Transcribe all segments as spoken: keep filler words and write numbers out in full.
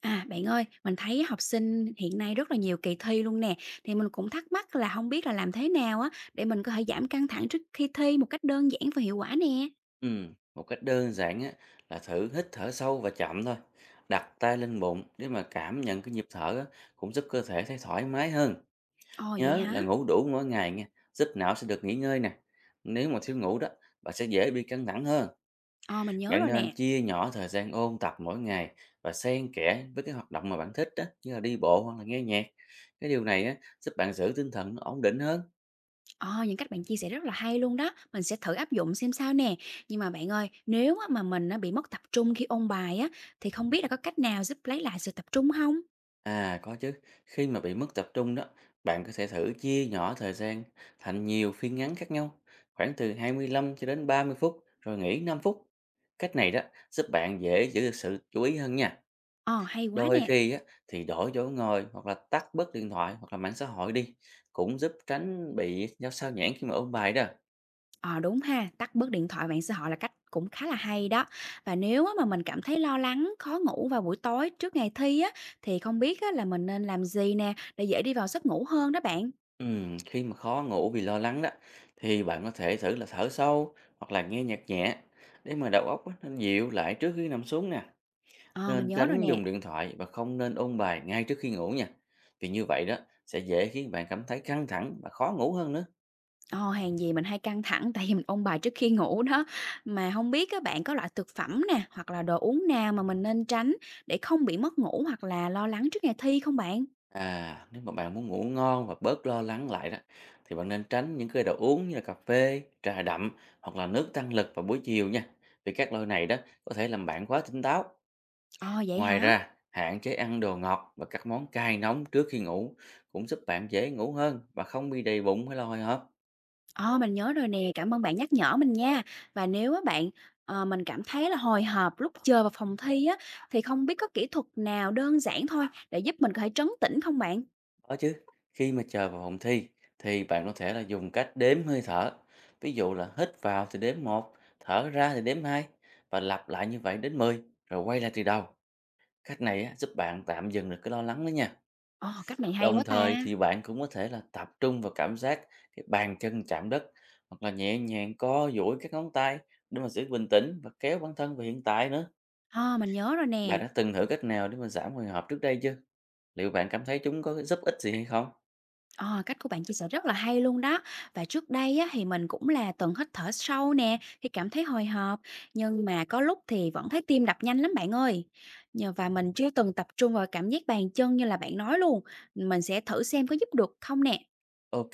À, bạn ơi, mình thấy học sinh hiện nay rất là nhiều kỳ thi luôn nè, thì mình cũng thắc mắc là không biết là làm thế nào á để mình có thể giảm căng thẳng trước khi thi một cách đơn giản và hiệu quả nè? Ừm, một cách đơn giản á, là thử hít thở sâu và chậm thôi. Đặt tay lên bụng để mà cảm nhận cái nhịp thở á, cũng giúp cơ thể thấy thoải mái hơn. Ồ, vậy Nhớ hả? là ngủ đủ mỗi ngày nha, giúp não sẽ được nghỉ ngơi nè. Nếu mà thiếu ngủ đó, bạn sẽ dễ bị căng thẳng hơn. Ờ, mình nhớ Bạn rồi nên nè. chia nhỏ thời gian ôn tập mỗi ngày và xen kẽ với cái hoạt động mà bạn thích đó, như là đi bộ hoặc là nghe nhạc. Cái điều này á, giúp bạn giữ tinh thần nó ổn định hơn. Ờ, những cách bạn chia sẻ rất là hay luôn đó, mình sẽ thử áp dụng xem sao nè. Nhưng mà bạn ơi, nếu á mà mình á bị mất tập trung khi ôn bài á, thì không biết là có cách nào giúp lấy lại sự tập trung không? À, có chứ, khi mà bị mất tập trung đó, bạn có thể thử chia nhỏ thời gian thành nhiều phiên ngắn khác nhau, khoảng từ hai mươi lăm cho đến ba mươi phút rồi nghỉ năm phút. Cách này đó giúp bạn dễ giữ được sự chú ý hơn nha. Ờ, hay quá Đôi nè. khi á, thì đổi chỗ ngồi hoặc là tắt bớt điện thoại hoặc là mạng xã hội đi cũng giúp tránh bị giao sao nhãng khi mà ôn bài đó. Ờ, đúng ha, tắt bớt điện thoại, mạng xã hội là cách cũng khá là hay đó. Và nếu á mà mình cảm thấy lo lắng, khó ngủ vào buổi tối trước ngày thi á, thì không biết á là mình nên làm gì nè để dễ đi vào giấc ngủ hơn đó bạn? Ừm, khi mà khó ngủ vì lo lắng đó, thì bạn có thể thử là thở sâu hoặc là nghe nhạc nhẹ để mà đầu óc á, nó dịu lại trước khi nằm xuống nè. Ờ, mình Nên nhớ rồi tránh dùng nè. điện thoại và không nên ôn bài ngay trước khi ngủ nha. Vì như vậy đó sẽ dễ khiến bạn cảm thấy căng thẳng và khó ngủ hơn nữa. Ờ, hàng gì mình hay căng thẳng tại vì mình ôn bài trước khi ngủ đó. Mà không biết các bạn có loại thực phẩm nè, hoặc là đồ uống nào mà mình nên tránh để không bị mất ngủ hoặc là lo lắng trước ngày thi không bạn? À, nếu mà bạn muốn ngủ ngon và bớt lo lắng lại đó, thì bạn nên tránh những cái đồ uống như là cà phê, trà đậm hoặc là nước tăng lực vào buổi chiều nha. Vì các loại này đó có thể làm bạn quá tỉnh táo. Ờ, vậy Ngoài hả? ra, hạn chế ăn đồ ngọt và các món cay nóng trước khi ngủ cũng giúp bạn dễ ngủ hơn và không bị đầy bụng hay là hồi hộp. Ờ, mình nhớ rồi nè, cảm ơn bạn nhắc nhở mình nha. Và nếu á bạn, ờ, mình cảm thấy là hồi hộp lúc chơi vào phòng thi á, thì không biết có kỹ thuật nào đơn giản thôi để giúp mình có thể trấn tĩnh không bạn? Có chứ, khi mà chờ vào phòng thi, thì bạn có thể là dùng cách đếm hơi thở. Ví dụ là hít vào thì đếm một, thở ra thì đếm hai, và lặp lại như vậy đến mười rồi quay lại từ đầu. Cách này á, giúp bạn tạm dừng được cái lo lắng đó nha. Ờ, cách này hay Đồng quá ta. thời thì bạn cũng có thể là tập trung vào cảm giác cái bàn chân chạm đất, hoặc là nhẹ nhàng co duỗi các ngón tay để mà giữ bình tĩnh và kéo bản thân về hiện tại nữa. Ờ, mình nhớ rồi Bạn nè. đã từng thử cách nào để mà giảm hồi hộp trước đây chưa? Liệu bạn cảm thấy chúng có giúp ích gì hay không? Ờ, cách của bạn chia sẻ rất là hay luôn đó. Và trước đây á, thì mình cũng là từng hít thở sâu nè, khi cảm thấy hồi hộp. Nhưng mà có lúc thì vẫn thấy tim đập nhanh lắm bạn ơi. Nhờ và mình chưa từng tập trung vào cảm giác bàn chân như là bạn nói luôn. Mình sẽ thử xem có giúp được không nè. Ok,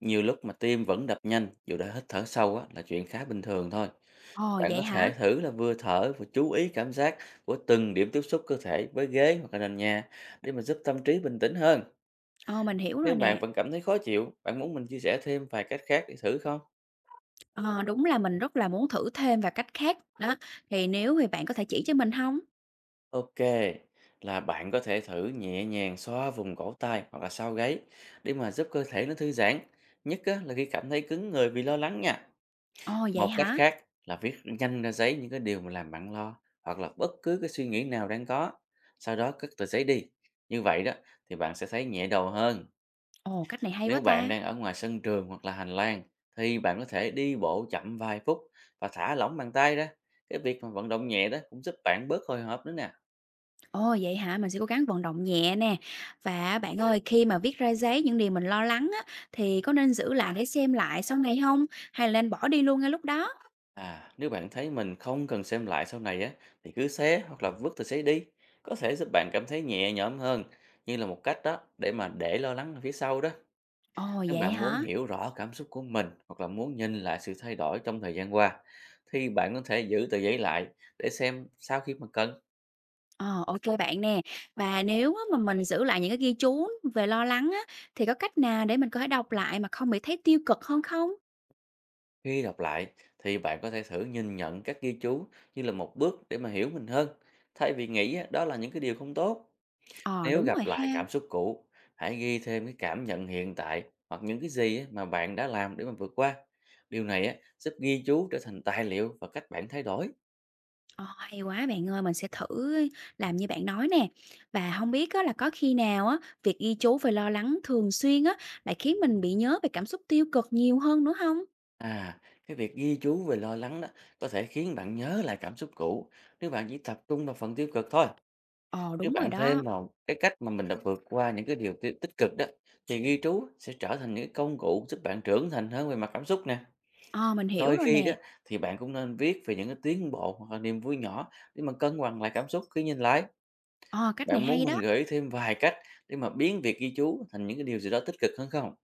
nhiều lúc mà tim vẫn đập nhanh dù đã hít thở sâu á, là chuyện khá bình thường thôi. Ồ, Bạn có vậy thể hả? thử là vừa thở vừa chú ý cảm giác của từng điểm tiếp xúc cơ thể với ghế hoặc là nền nhà, để mà giúp tâm trí bình tĩnh hơn. Ờ, mình hiểu Nếu rồi bạn nè. vẫn cảm thấy khó chịu, bạn muốn mình chia sẻ thêm vài cách khác để thử không? Ờ, đúng là mình rất là muốn thử thêm và cách khác, đó, thì nếu thì bạn có thể chỉ cho mình không? Ok, là bạn có thể thử nhẹ nhàng xoa vùng cổ tay hoặc là sau gáy để mà giúp cơ thể nó thư giãn. Nhất á, là khi cảm thấy cứng người vì lo lắng nha. Ồ, vậy Một cách hả? khác là viết nhanh ra giấy những cái điều mà làm bạn lo, hoặc là bất cứ cái suy nghĩ nào đang có, sau đó cất tờ giấy đi. Như vậy đó thì bạn sẽ thấy nhẹ đầu hơn. Ồ, cách này hay Nếu quá bạn ta! đang ở ngoài sân trường hoặc là hành lang, thì bạn có thể đi bộ chậm vài phút và thả lỏng bàn tay ra. Cái việc mà vận động nhẹ đó cũng giúp bạn bớt hồi hộp nữa nè. Ồ, vậy hả? Mình sẽ cố gắng vận động nhẹ nè. Và bạn ơi, khi mà viết ra giấy những điều mình lo lắng á, thì có nên giữ lại để xem lại sau này không? Hay là nên bỏ đi luôn ngay lúc đó? À, nếu bạn thấy mình không cần xem lại sau này á, thì cứ xé hoặc là vứt tờ giấy đi, có thể giúp bạn cảm thấy nhẹ nhõm hơn, như là một cách đó để mà để lo lắng ở phía sau đó. Ồ, Nếu vậy bạn muốn hả? hiểu rõ cảm xúc của mình, hoặc là muốn nhìn lại sự thay đổi trong thời gian qua, thì bạn có thể giữ tờ giấy lại để xem sau khi mà cần. Ờ, ok bạn nè. Và nếu á mà mình giữ lại những cái ghi chú về lo lắng á, thì có cách nào để mình có thể đọc lại mà không bị thấy tiêu cực hơn không? Khi đọc lại thì bạn có thể thử nhìn nhận các ghi chú như là một bước để mà hiểu mình hơn, thay vì nghĩ á, đó là những cái điều không tốt. Ờ, Nếu đúng rồi gặp lại ha. cảm xúc cũ, hãy ghi thêm cái cảm nhận hiện tại hoặc những cái gì á mà bạn đã làm để mà vượt qua. Điều này á, giúp ghi chú trở thành tài liệu và cách bạn thay đổi. Ờ, hay quá bạn ơi, mình sẽ thử làm như bạn nói nè. Và không biết á là có khi nào á, việc ghi chú về lo lắng thường xuyên á, lại khiến mình bị nhớ về cảm xúc tiêu cực nhiều hơn nữa không? À, cái việc ghi chú về lo lắng đó có thể khiến bạn nhớ lại cảm xúc cũ, nếu bạn chỉ tập trung vào phần tiêu cực thôi. Ờ, Nếu đúng rồi bạn thêm đó. vào cái cách mà mình đã vượt qua những cái điều ti- tích cực đó, thì ghi chú sẽ trở thành những công cụ giúp bạn trưởng thành hơn về mặt cảm xúc nè. Ờ, mình hiểu Đôi rồi khi nè. đó thì bạn cũng nên viết về những cái tiến bộ hoặc là niềm vui nhỏ để mà cân bằng lại cảm xúc khi nhìn lại. Ờ, cách này Bạn muốn hay mình đó. gợi ý thêm vài cách để mà biến việc ghi chú thành những cái điều gì đó tích cực hơn không?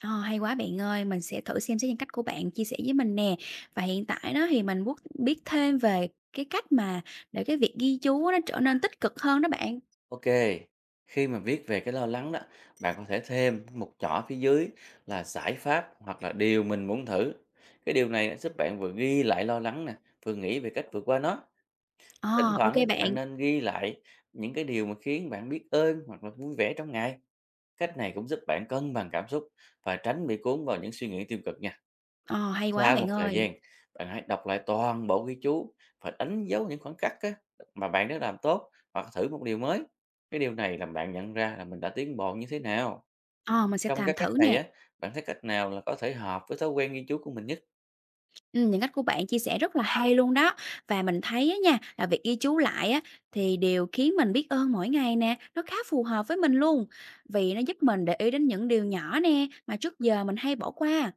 Ờ, hay quá bạn ơi, mình sẽ thử xem xét những cách của bạn chia sẻ với mình nè. Và hiện tại đó thì mình muốn biết thêm về cái cách mà để cái việc ghi chú nó trở nên tích cực hơn đó bạn. Ok, khi mà viết về cái lo lắng đó, bạn có thể thêm một chỏ phía dưới là giải pháp hoặc là điều mình muốn thử. Cái điều này á, giúp bạn vừa ghi lại lo lắng nè, vừa nghĩ về cách vượt qua nó. Thỉnh Ờ, ok thoảng á, bạn. bạn nên ghi lại những cái điều mà khiến bạn biết ơn hoặc là vui vẻ trong ngày. Cách này cũng giúp bạn cân bằng cảm xúc và tránh bị cuốn vào những suy nghĩ tiêu cực nha. Ờ, hay quá Sau bạn một thời ơi. gian, bạn hãy đọc lại toàn bộ ghi chú và đánh dấu những khoảng cách á, mà bạn đã làm tốt hoặc thử một điều mới. Cái điều này làm bạn nhận ra là mình đã tiến bộ như thế nào. Ờ, mình sẽ Trong làm các cách thử này nè. á, bạn thấy cách nào là có thể hợp với thói quen ghi chú của mình nhất? Ừm, những cách của bạn chia sẻ rất là hay luôn đó. Và mình thấy á nha, là việc ghi chú lại á, thì điều khiến mình biết ơn mỗi ngày nè, nó khá phù hợp với mình luôn. Vì nó giúp mình để ý đến những điều nhỏ nè, mà trước giờ mình hay bỏ qua.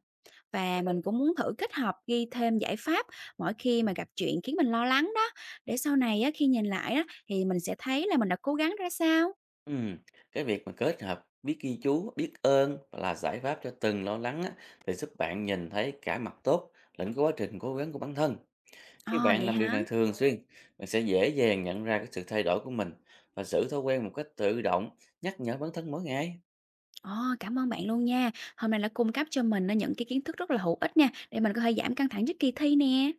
Và mình cũng muốn thử kết hợp ghi thêm giải pháp mỗi khi mà gặp chuyện khiến mình lo lắng đó. Để sau này á, khi nhìn lại á, thì mình sẽ thấy là mình đã cố gắng ra sao. Ừm, Cái việc mà kết hợp biết ghi chú, biết ơn và là giải pháp cho từng lo lắng á, thì giúp bạn nhìn thấy cả mặt tốt lẫn cái quá trình cố gắng của bản thân. Khi Ồ, bạn vậy làm điều hả? này thường xuyên, bạn sẽ dễ dàng nhận ra cái sự thay đổi của mình và giữ thói quen một cách tự động, nhắc nhở bản thân mỗi ngày. Ồ, cảm ơn bạn luôn nha. Hôm nay đã cung cấp cho mình á, những cái kiến thức rất là hữu ích nha, để mình có thể giảm căng thẳng trước kỳ thi nè.